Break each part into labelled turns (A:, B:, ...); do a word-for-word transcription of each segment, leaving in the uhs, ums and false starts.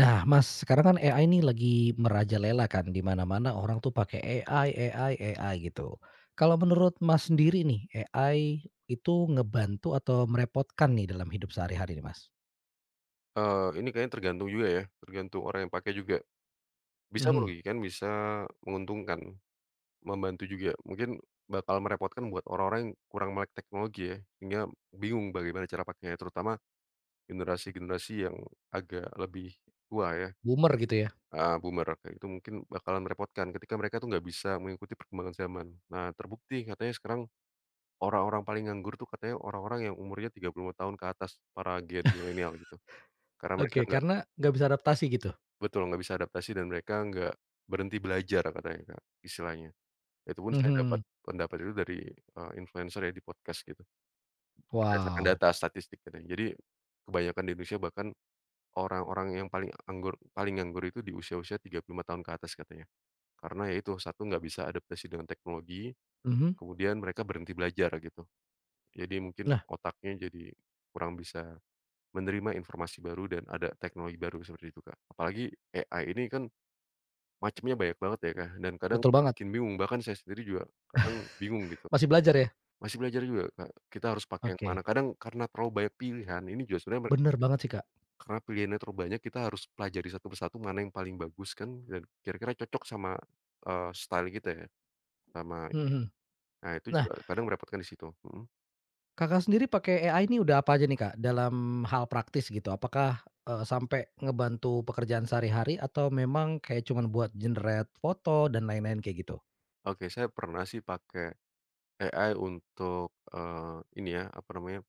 A: Nah, Mas, sekarang kan A I ini lagi merajalela kan, di mana-mana orang tuh pakai A I A I A I gitu. Kalau menurut Mas sendiri nih, A I itu ngebantu atau merepotkan nih dalam hidup sehari-hari nih, Mas?
B: Eee, ini kayaknya tergantung juga ya, tergantung orang yang pakai juga. Bisa
A: Mhm,
B: merugikan, bisa menguntungkan, membantu juga. Mungkin bakal merepotkan buat orang-orang yang kurang melek teknologi ya, sehingga bingung bagaimana cara pakainya, terutama generasi-generasi yang agak lebih tua ya,
A: boomer gitu ya?
B: eee, boomer, kayak itu mungkin bakalan merepotkan ketika mereka tuh nggak bisa mengikuti perkembangan zaman. Nah, terbukti katanya sekarang orang-orang paling nganggur tuh katanya orang-orang yang umurnya tiga puluh lima tahun ke atas, para Gen milenial gitu. Karena mereka
A: Oke,
B: nggak
A: karena nggak bisa adaptasi gitu?
B: betul, nggak bisa adaptasi dan mereka nggak berhenti belajar katanya, Kak, istilahnya. Itu pun saya dapat
A: Mhm,
B: pendapat itu dari, eee, influencer ya di podcast gitu, berdasarkan
A: wow,
B: data statistik katanya. Jadi kebanyakan di Indonesia bahkan orang-orang yang paling anggur paling nganggur itu di usia-usia tiga puluh lima tahun ke atas katanya. Karena ya itu, satu nggak bisa adaptasi dengan teknologi,
A: mhm,
B: kemudian mereka berhenti belajar gitu. Jadi mungkin
A: nah,
B: otaknya jadi kurang bisa menerima informasi baru dan ada teknologi baru seperti itu, Kak. Apalagi A I ini kan macemnya banyak banget ya, Kak, dan kadang
A: betul banget,
B: bikin bingung, bahkan saya sendiri juga kadang bingung gitu.
A: masih belajar ya?
B: Masih belajar juga, Kak, kita harus pakai yang mana.
A: Oke,
B: Kadang karena terlalu banyak pilihan, ini juga sebenarnya merep
A: bener banget sih, Kak,
B: karena pilihannya terlalu banyak, kita harus pelajari satu persatu mana yang paling bagus kan dan kira-kira cocok sama, eee, style kita ya, sama,
A: mhm.
B: nah itu
A: Nah,
B: juga kadang merepotkan di situ. Mhm.
A: Kakak sendiri pakai A I ini udah apa aja nih, Kak, dalam hal praktis gitu? Apakah, eee, sampai ngebantu pekerjaan sehari-hari atau memang kayak cuman buat generate foto dan lain-lain kayak gitu?
B: Oke, saya pernah sih pakai A I untuk, eee, ini ya, apa namanya,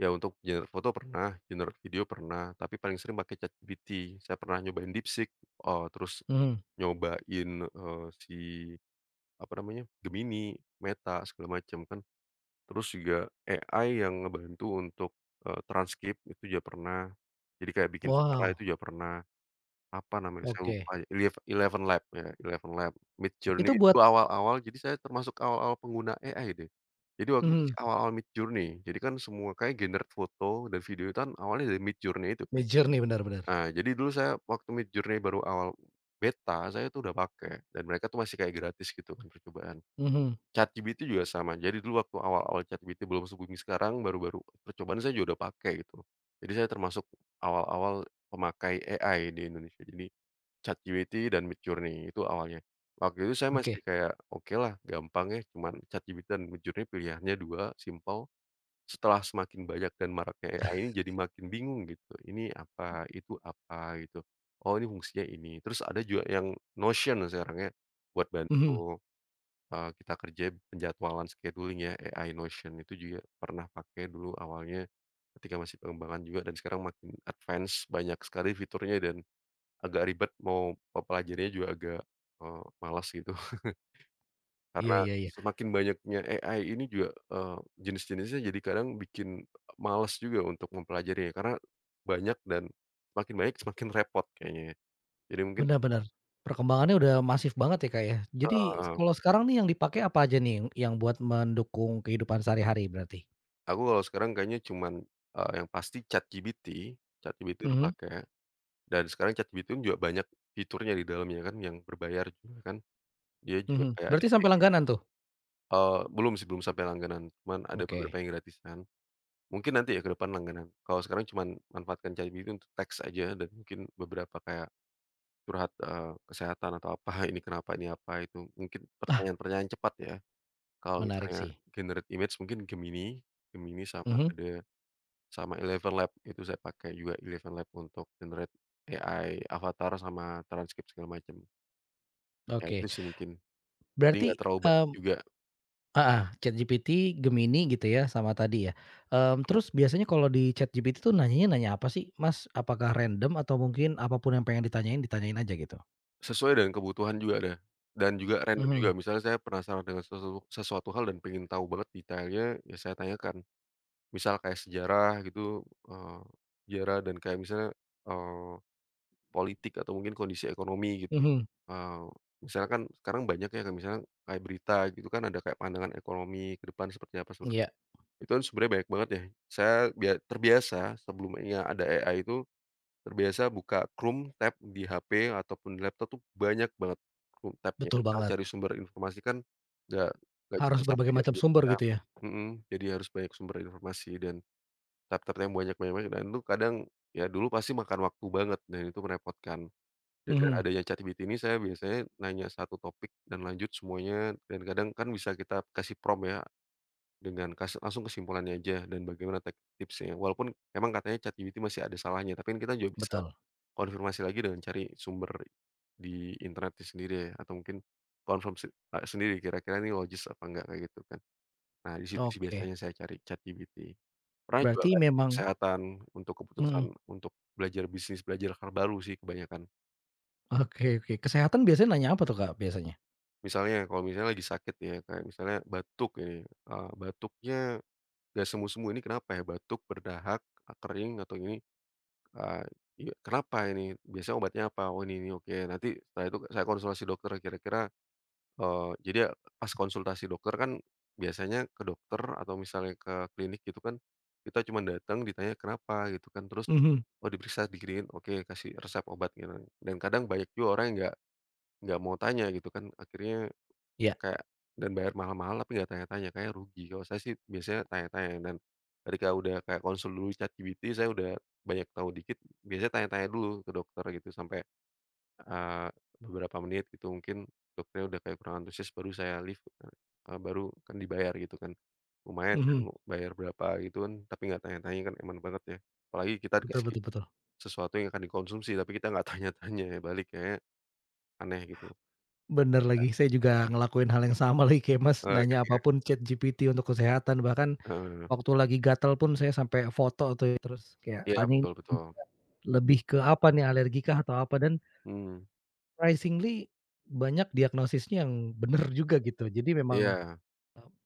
B: ya untuk generate foto pernah, generate video pernah, tapi paling sering pakai ChatGPT. Saya pernah nyobain DeepSeek, eee, terus
A: Mhm.
B: nyobain, eee, si apa namanya, Gemini, Meta, segala macam kan. Terus juga A I yang ngebantu untuk, eee, transkrip itu juga pernah. Jadi kayak bikin suara itu
A: Wow,
B: juga pernah. Apa namanya saya
A: oke.
B: lupa ya, Eliev ElevenLab ya, ElevenLab. Midjourney
A: Itu
B: itu
A: buat
B: awal-awal, jadi saya termasuk awal-awal pengguna A I deh. Jadi waktu itu masih
A: mhm,
B: awal-awal Mid Journey. Jadi kan semua kayak generate foto dan video itu kan awalnya dari Mid Journey itu kan.
A: major nih, benar-benar.
B: Nah, jadi dulu saya waktu Midjourney baru awal beta, saya tuh udah pakai dan mereka tuh masih kayak gratis gitu kan, percobaan.
A: Mhm,
B: ChatGPT juga sama. Jadi dulu waktu awal-awal ChatGPT belum sebumi sekarang, baru-baru percobaan, saya juga udah pakai gitu. Jadi saya termasuk awal-awal pemakai A I di Indonesia. Jadi ChatGPT dan Midjourney itu awalnya. Waktu itu saya
A: oke.
B: masih kayak, "Oke lah, gampang ya, cuman ChatGPT dan Midjourney, pilihannya dua, simpel." Setelah semakin banyak dan maraknya A I ini jadi makin bingung gitu, ini apa, itu apa gitu, oh ini fungsinya ini. Terus ada juga yang Notion sekarang ya, buat
A: Mhm,
B: bantu, eee, kita kerja, penjadwalan, scheduling ya, A I Notion itu juga pernah pakai dulu awalnya, ketika masih pengembangan juga, dan sekarang makin advance, banyak sekali fiturnya dan agak ribet mau pelajarinya, juga agak, eee, malas gitu.
A: iya
B: Karena
A: iya iya,
B: semakin banyaknya A I ini juga, eee, jenis-jenisnya jadi kadang bikin males juga untuk mempelajarinya, karena banyak dan makin banyak semakin repot kayaknya ya. Jadi mungkin,
A: benar-benar. Perkembangannya udah masif banget ya, Kak, ya. Jadi
B: heeh,
A: kalau sekarang nih yang dipakai apa aja nih yang buat mendukung kehidupan sehari-hari berarti?
B: aku kalau sekarang kayaknya cuman, eee, yang pasti ChatGPT, ChatGPT udah
A: Mhm,
B: pakai, dan sekarang ChatGPT pun juga banyak fiturnya di dalamnya kan, yang berbayar juga kan. Dia juga
A: mhm.
B: kayak ada.
A: Berarti sampai langganan tuh?
B: Eee, belum sih, belum sampai langganan, cuman ada beberapa
A: Oke.
B: yang gratisan. Mungkin nanti ya ke depan langganan. Kalau sekarang cuman manfaatkan ChatGPT untuk teks aja dan mungkin beberapa kayak curhat, eee, kesehatan atau apa, ini kenapa, ini apa, itu mungkin
A: Ah,
B: pertanyaan-pertanyaan cepat ya. Kalau
A: menarik
B: misalnya
A: sih.
B: generate image mungkin Gemini, Gemini sama
A: Mhm,
B: ada sama Eleven Lab itu saya pakai juga, Eleven Lab untuk generate A I avatar sama transkrip segala macam. Ya itu
A: oke.
B: sih mungkin. Jadi nggak
A: Berarti,
B: terlalu banyak
A: em
B: juga.
A: ah heeh, ChatGPT, Gemini gitu ya sama tadi ya, mmm, terus biasanya kalau di ChatGPT tuh nanyanya nanya apa sih, Mas? Apakah random atau mungkin apapun yang pengen ditanyain, ditanyain aja gitu?
B: Sesuai dengan kebutuhan juga ada, dan juga Mhm. random juga.
A: Mhm,
B: Misalnya saya penasaran dengan sesu sesuatu hal dan pengen tahu banget detailnya, ya saya tanyakan. Misal kayak sejarah gitu, eee, sejarah dan kayak misalnya, eee, politik atau mungkin kondisi ekonomi gitu.
A: mhm,
B: Eee, Misalnya kan sekarang banyak ya kayak misalnya kayak berita gitu kan, ada kayak pandangan ekonomi ke depan seperti apa, seperti
A: iya,
B: itu kan sebenarnya banyak banget ya. Saya bia terbiasa sebelumnya ada A I itu. Terbiasa buka Chrome tab di H P ataupun di laptop tuh banyak banget Chrome tab-nya,
A: betul
B: karena
A: banget.
B: cari sumber informasi kan nggak nggak cuma
A: Harus
B: satu
A: berbagai
B: ya,
A: macam
B: jadi
A: sumber
B: kita
A: gitu ya?
B: mhm, jadi harus banyak sumber informasi dan tab-tab yang banyak banyak banyak, dan itu kadang ya dulu pasti makan waktu banget dan itu merepotkan. Dengan
A: Mhm,
B: adanya ChatGPT ini saya biasanya nanya satu topik dan lanjut semuanya, dan kadang kan bisa kita kasih prompt ya, dengan kas langsung kesimpulannya aja dan bagaimana tek tipsnya. Walaupun emang katanya ChatGPT masih ada salahnya, tapi kan kita juga bisa
A: betul.
B: konfirmasi lagi dengan cari sumber di internet itu sendiri ya, atau mungkin confirm se eee, sendiri kira-kira ini logis apa enggak kayak gitu kan. Nah di situ sih
A: Oke,
B: biasanya saya cari ChatGPT. Pernah juga
A: berarti
B: kan untuk
A: memang
B: kesehatan, untuk keputusan,
A: mhm,
B: untuk belajar bisnis, belajar hal baru sih kebanyakan.
A: oke oke. Kesehatan biasanya nanya apa tuh, Kak, biasanya?
B: Misalnya kalau misalnya lagi sakit ya, kayak misalnya batuk ini, eee, batuknya nggak semu-semu, ini kenapa ya batuk, berdahak, eee, kering atau ini, eee, iya kenapa ini, biasanya obatnya apa, oh ini ini, oke nanti setelah itu saya konsultasi dokter kira-kira. Eee, jadi ya pas konsultasi dokter kan biasanya ke dokter atau misalnya ke klinik gitu kan, kita cuma datang ditanya kenapa gitu kan, terus,
A: Mhm,
B: oh diperiksa diginiin, oke kasih resep obat gitu. Dan kadang banyak juga orang yang nggak nggak mau tanya gitu kan, akhirnya
A: iya,
B: kayak, dan bayar mahal-mahal tapi nggak tanya-tanya, kayak rugi. Kalau saya sih biasanya tanya-tanya dan ketika udah kayak konsul dulu ChatGPT, saya udah banyak tahu dikit, biasanya tanya-tanya dulu ke dokter gitu sampai, Eee, beberapa menit gitu mungkin dokternya udah kayak kurang antusias, baru saya leave, eee, baru kan dibayar gitu kan. Lumayan kan,
A: mhm,
B: mau bayar berapa gitu kan, tapi nggak tanya-tanya kan, eman banget ya. Apalagi kita
A: betul
B: dikasih
A: betul betul.
B: sesuatu yang akan dikonsumsi tapi kita nggak tanya-tanya ya, balik kayak aneh gitu.
A: Bener lagi, saya juga ngelakuin hal yang sama lagi kayak Mas,
B: Eee, gitu
A: nanya
B: ya,
A: apapun ChatGPT untuk kesehatan, bahkan
B: heeh.
A: waktu lagi gatal pun saya sampai foto tuh, terus kayak
B: Iya,
A: tanyain
B: betul betul.
A: lebih ke apa nih, alergi kah atau apa, dan
B: Mhm,
A: surprisingly banyak diagnosisnya yang bener juga gitu. Jadi memang
B: iya,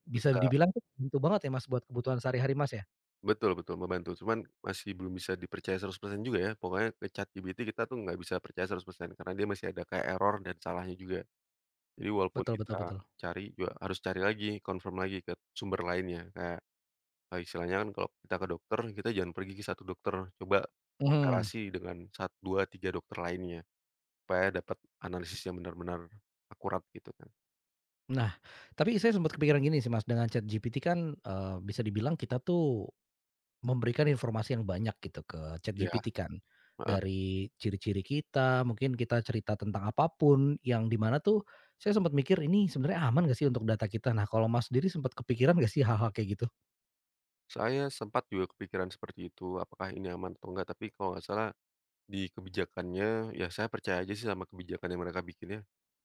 A: bisa
B: bisa,
A: dibilang tuh bantu banget ya, Mas, buat kebutuhan sehari-hari Mas ya?
B: betul betul membantu, cuman masih belum bisa dipercaya seratus persen juga ya, pokoknya ke ChatGPT kita tuh nggak bisa percaya seratus persen karena dia masih ada kayak error dan salahnya juga. Jadi walaupun
A: Betul betul
B: kita
A: betul.
B: cari juga harus cari lagi, confirm lagi ke sumber lainnya. Kayak, eee, istilahnya kan kalau kita ke dokter, kita jangan pergi ke satu dokter, coba
A: Mhm.
B: komparasi dengan sat dua tiga dokter lainnya, supaya dapat analisis yang benar-benar akurat gitu kan.
A: Nah, tapi saya sempat kepikiran gini sih, Mas, dengan ChatGPT kan, eee, bisa dibilang kita tuh memberikan informasi yang banyak gitu ke
B: Iya,
A: ChatGPT kan,
B: heeh.
A: dari ciri-ciri kita, mungkin kita cerita tentang apapun yang di mana tuh saya sempat mikir, "Ini sebenarnya aman nggak sih untuk data kita?" Nah, kalau Mas sendiri sempat kepikiran nggak sih hal-hal kayak gitu?
B: Saya sempat juga kepikiran seperti itu, apakah ini aman atau enggak, tapi kalau nggak salah di kebijakannya, ya saya percaya aja sih sama kebijakan yang mereka bikin ya,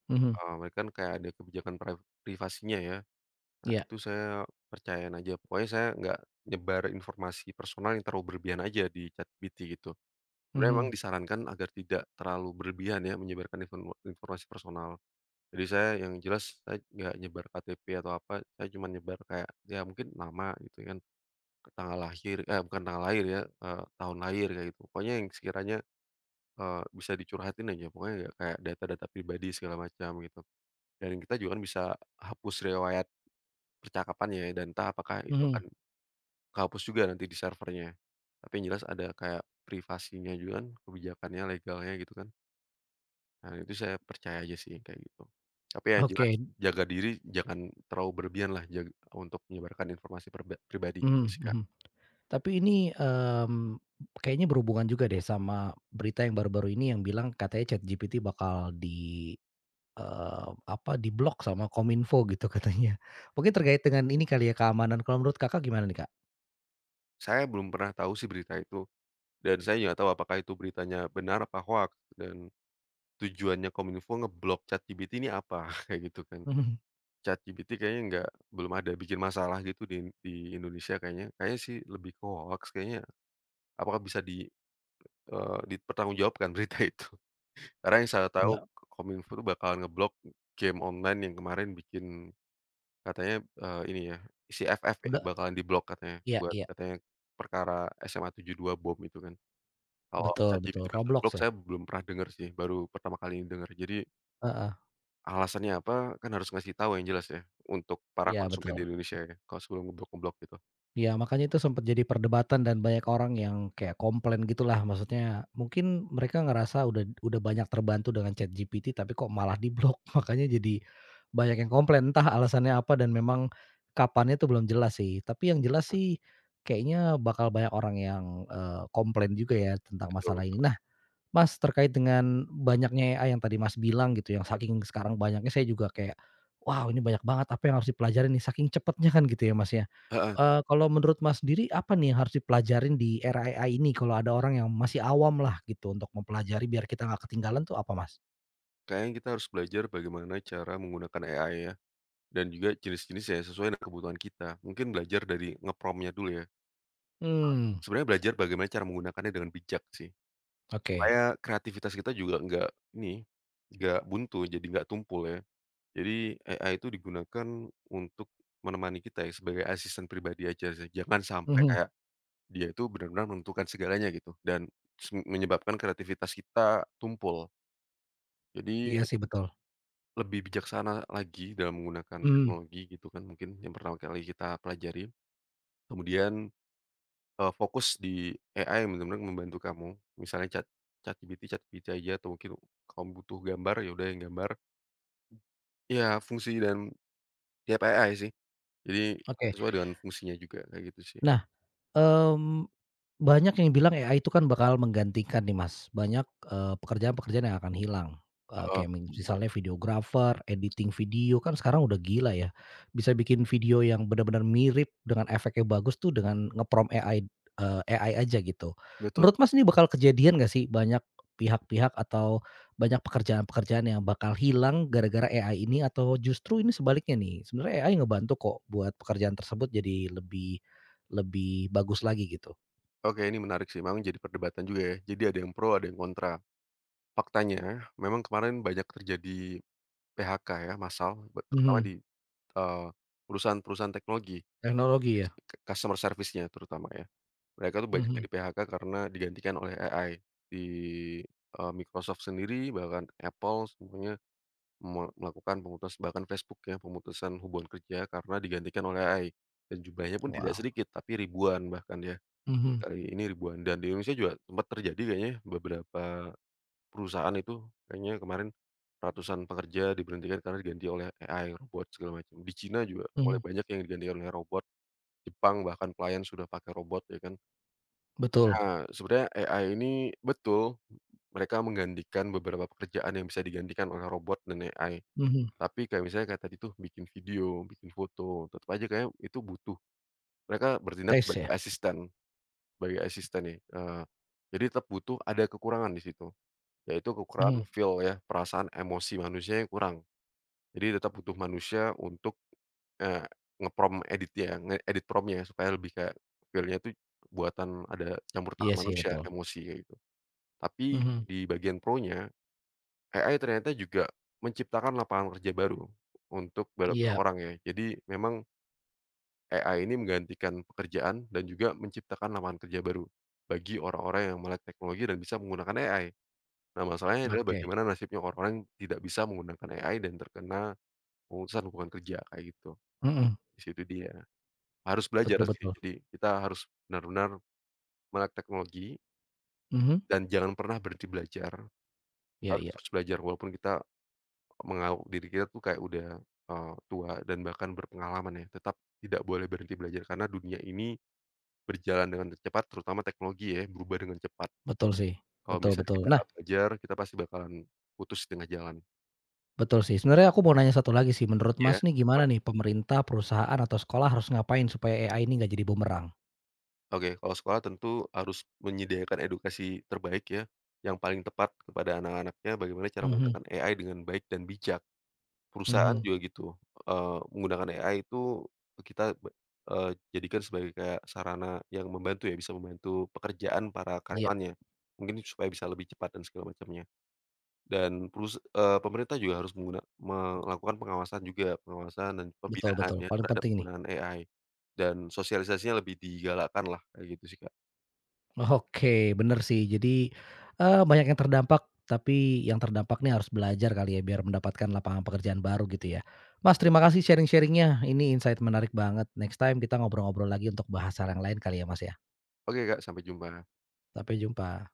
A: Mhm,
B: eee, mereka kan kayak ada kebijakan priv privasinya ya. Nah,
A: iya,
B: itu saya percayain aja, pokoknya saya nggak nyebar informasi personal yang terlalu berlebihan aja di ChatGPT gitu. Sebenarnya memang
A: mhm,
B: disarankan agar tidak terlalu berlebihan ya menyebarkan infor informasi personal. Jadi saya, yang jelas saya nggak nyebar K T P atau apa, saya cuma nyebar kayak ya mungkin nama gitu kan, tanggal lahir, eh, bukan tanggal lahir ya, eee, tahun lahir kayak gitu. Pokoknya yang sekiranya, eee, bisa dicurhatin aja, pokoknya nggak kayak data-data pribadi segala macam gitu. Dan kita juga kan bisa hapus riwayat percakapannya ya, dan entah apakah itu
A: mhm,
B: akan kehapus juga nanti di servernya. Tapi yang jelas ada kayak privasinya juga kan, kebijakannya, legalnya gitu kan. Nah itu saya percaya aja sih kayak gitu. Tapi ya jelas,
A: oke,
B: jaga diri, jangan terlalu berlebihan lah, jag untuk menyebarkan informasi perba pribadi itu
A: mhm
B: sih, Kak.
A: mhm. Tapi ini, mmm, kayaknya berhubungan juga deh sama berita yang baru-baru ini yang bilang katanya ChatGPT bakal di Eee, apa, diblok sama Kominfo gitu katanya. Mungkin terkait dengan ini kali ya, keamanan. Kalau menurut Kakak gimana nih, Kak?
B: Saya belum pernah tahu sih berita itu, dan saya nggak tahu apakah itu beritanya benar apa hoax dan tujuannya Kominfo ngeblok ChatGPT ini apa? Kayak gitu kan.
A: Mhm.
B: ChatGPT kayaknya nggak, belum ada bikin masalah gitu di di Indonesia kayaknya. Kayaknya sih lebih ke hoaks kayaknya. Apakah bisa di eee, dipertanggungjawabkan berita itu? Karena yang saya tahu
A: Ya,
B: Kominfo tuh bakalan ngeblok game online yang kemarin bikin katanya, eee, ini ya, si F F ya
A: udah
B: bakalan diblok katanya,
A: iya
B: buat
A: iya.
B: katanya perkara S M A tujuh dua bom itu kan. Kalau
A: Betul betul.
B: ChatGPT bakal
A: Roblox
B: diblok
A: ya?
B: saya belum pernah dengar sih, baru pertama kali ini dengar. Jadi
A: Heeh.
B: alasannya apa, kan harus ngasih tahu yang jelas ya untuk para
A: Iya
B: konsumen di
A: betul.
B: Indonesia ya, kalau sebelum ngeblok-ngeblok gitu.
A: Ya, makanya itu sempat jadi perdebatan dan banyak orang yang kayak komplain gitulah, maksudnya mungkin mereka ngerasa udah udah banyak terbantu dengan ChatGPT tapi kok malah diblok, makanya jadi banyak yang komplain, entah alasannya apa dan memang kapannya itu belum jelas sih. Tapi yang jelas sih kayaknya bakal banyak orang yang, eee, komplain juga ya tentang
B: Betul
A: masalah ini.
B: betul.
A: Mas, terkait dengan banyaknya A I yang tadi Mas bilang gitu, yang saking sekarang banyaknya saya juga kayak, "Wow, ini banyak banget apa yang harus dipelajarin nih," saking cepatnya kan gitu ya, Mas, ya.
B: Heeh,
A: Eee, kalau menurut Mas sendiri apa nih yang harus dipelajarin di era A I ini kalau ada orang yang masih awam lah gitu untuk mempelajari biar kita nggak ketinggalan tuh apa, Mas?
B: kayaknya kita harus belajar bagaimana cara menggunakan A I ya. Dan juga jenis-jenisnya sesuai dengan kebutuhan kita. Mungkin belajar dari ngepromnya dulu ya.
A: Hmm,
B: Sebenarnya belajar bagaimana cara menggunakannya dengan bijak sih.
A: oke.
B: Supaya kreativitas kita juga nggak ini, nggak buntu, jadi nggak tumpul ya. Jadi A I itu digunakan untuk menemani kita ya, sebagai asisten pribadi aja sih. Jangan sampai
A: Mhm,
B: kayak dia itu benar-benar menentukan segalanya gitu dan s menyebabkan kreativitas kita tumpul. Jadi
A: iya sih betul.
B: lebih bijaksana lagi dalam menggunakan
A: Hmm,
B: teknologi gitu kan, mungkin yang pertama kali kita pelajari. Kemudian, Eee, fokus di A I yang bener-bener membantu kamu, misalnya Chat ChatGPT ChatGPT aja, atau mungkin kamu butuh gambar, ya udah yang gambar. Ya fungsi dan tiap A I sih, jadi
A: oke.
B: sesuai dengan fungsinya juga, kayak gitu sih.
A: Nah, mmm banyak yang bilang A I itu kan bakal menggantikan nih, Mas, banyak, eee, pekerjaan-pekerjaan yang akan hilang, eee,
B: Heeh,
A: kayak min misalnya videographer, editing video kan sekarang udah gila ya, bisa bikin video yang benar-benar mirip dengan efeknya bagus tuh dengan nge-prompt A I, eee, A I aja gitu.
B: betul.
A: Menurut Mas ini bakal kejadian nggak sih banyak pihak-pihak atau banyak pekerjaan-pekerjaan yang bakal hilang gara-gara A I ini atau justru ini sebaliknya nih, sebenarnya A I ngebantu kok buat pekerjaan tersebut jadi lebih lebih bagus lagi gitu?
B: Oke, ini menarik sih, memang jadi perdebatan juga ya, jadi ada yang pro, ada yang kontra. Faktanya memang kemarin banyak terjadi P H K ya, massal, terutama
A: Mhm,
B: di, eee, perusahaan-perusahaan teknologi,
A: teknologi ya?
B: customer service-nya terutama ya. Mereka tuh banyak yang
A: Mhm,
B: di-P H K karena digantikan oleh A I. Di, eee, Microsoft sendiri, bahkan Apple, semuanya me melakukan pemutus bahkan Facebook ya, pemutusan hubungan kerja karena digantikan oleh A I. Dan jumlahnya pun tidak
A: wow,
B: sedikit, tapi ribuan bahkan ya,
A: mhm
B: kali ini ribuan. Dan di Indonesia juga sempat terjadi kayaknya ya, beberapa perusahaan itu kayaknya kemarin ratusan pekerja diberhentikan karena diganti oleh A I, robot segala macam. Di Cina juga mulai
A: mhm,
B: banyak yang digantikan oleh robot, Jepang bahkan pelayan sudah pakai robot ya kan.
A: betul,
B: Nah, sebenarnya A I ini, betul, mereka menggantikan beberapa pekerjaan yang bisa digantikan oleh robot dan A I.
A: mhm,
B: Tapi kayak misalnya kayak tadi tuh bikin video, bikin foto, tetap aja kayak itu butuh. Mereka bertindak
A: tes
B: sebagai
A: ya?
B: asisten, sebagai asisten nih, eee, jadi tetap butuh, ada kekurangan di situ, yaitu kekurangan
A: Mhm,
B: feel ya, perasaan emosi manusia yang kurang. Jadi tetap butuh manusia untuk, eee, nge edit ya ngeedit prompt supaya lebih kayak feelnya tuh buatan, ada campur
A: iya
B: tangan
A: sih
B: manusia,
A: betul,
B: emosi kayak gitu. Tapi
A: mhm,
B: di bagian pro-nya, A I ternyata juga menciptakan lapangan kerja baru untuk beberapa
A: iya,
B: orang ya. Jadi memang A I ini menggantikan pekerjaan dan juga menciptakan lapangan kerja baru bagi orang-orang yang melek teknologi dan bisa menggunakan A I. Nah, masalahnya adalah
A: oke,
B: bagaimana nasibnya orang-orang yang tidak bisa menggunakan A I dan terkena pemutusan hubungan kerja kayak gitu.
A: mhm,
B: Di situ dia. Harus belajar
A: betul
B: sih.
A: betul,
B: Jadi kita harus benar-benar melek teknologi
A: mhm,
B: dan jangan pernah berhenti belajar.
A: iya
B: Harus
A: iya,
B: terus belajar walaupun kita menganggap diri kita tuh kayak udah, eee, tua dan bahkan berpengalaman ya, tetap tidak boleh berhenti belajar karena dunia ini berjalan dengan cepat, terutama teknologi ya, berubah dengan cepat.
A: betul sih,
B: Kalau
A: betul
B: misalnya
A: betul.
B: kita
A: Nah,
B: nggak belajar, kita pasti bakalan putus di tengah jalan.
A: betul sih, sebenarnya aku mau nanya satu lagi sih, menurut
B: Ya,
A: Mas nih
B: apa
A: gimana
B: tuh?
A: nih pemerintah, perusahaan, atau sekolah harus ngapain supaya A I ini nggak jadi bumerang?
B: Oke, kalau sekolah tentu harus menyediakan edukasi terbaik ya, yang paling tepat kepada anak-anaknya, bagaimana cara
A: Mhm
B: menggunakan A I dengan baik dan bijak. Perusahaan
A: mhm,
B: juga gitu, eee, menggunakan A I itu kita be eee, jadikan sebagai kayak sarana yang membantu ya, bisa membantu pekerjaan para
A: iya,
B: karyawannya. Mungkin supaya bisa lebih cepat dan segala macamnya. Dan perus eee, pemerintah juga harus mengguna melakukan pengawasan juga, pengawasan dan
A: betul
B: pembinaan
A: betul,
B: ya
A: paling
B: terhadap
A: penting nih.
B: penggunaan A I. Dan sosialisasinya lebih digalakkan lah, kayak gitu sih, Kak.
A: Oke, bener sih. Jadi, eee, banyak yang terdampak, tapi yang terdampak nih harus belajar kali ya biar mendapatkan lapangan pekerjaan baru gitu ya. Mas,
B: Betul.
A: terima kasih sharing sharingnya. Ini insight menarik banget. Next time kita ngobrol-ngobrol lagi untuk bahas hal yang lain kali ya, Mas, ya.
B: Oke, Kak, sampai jumpa.
A: Sampai jumpa.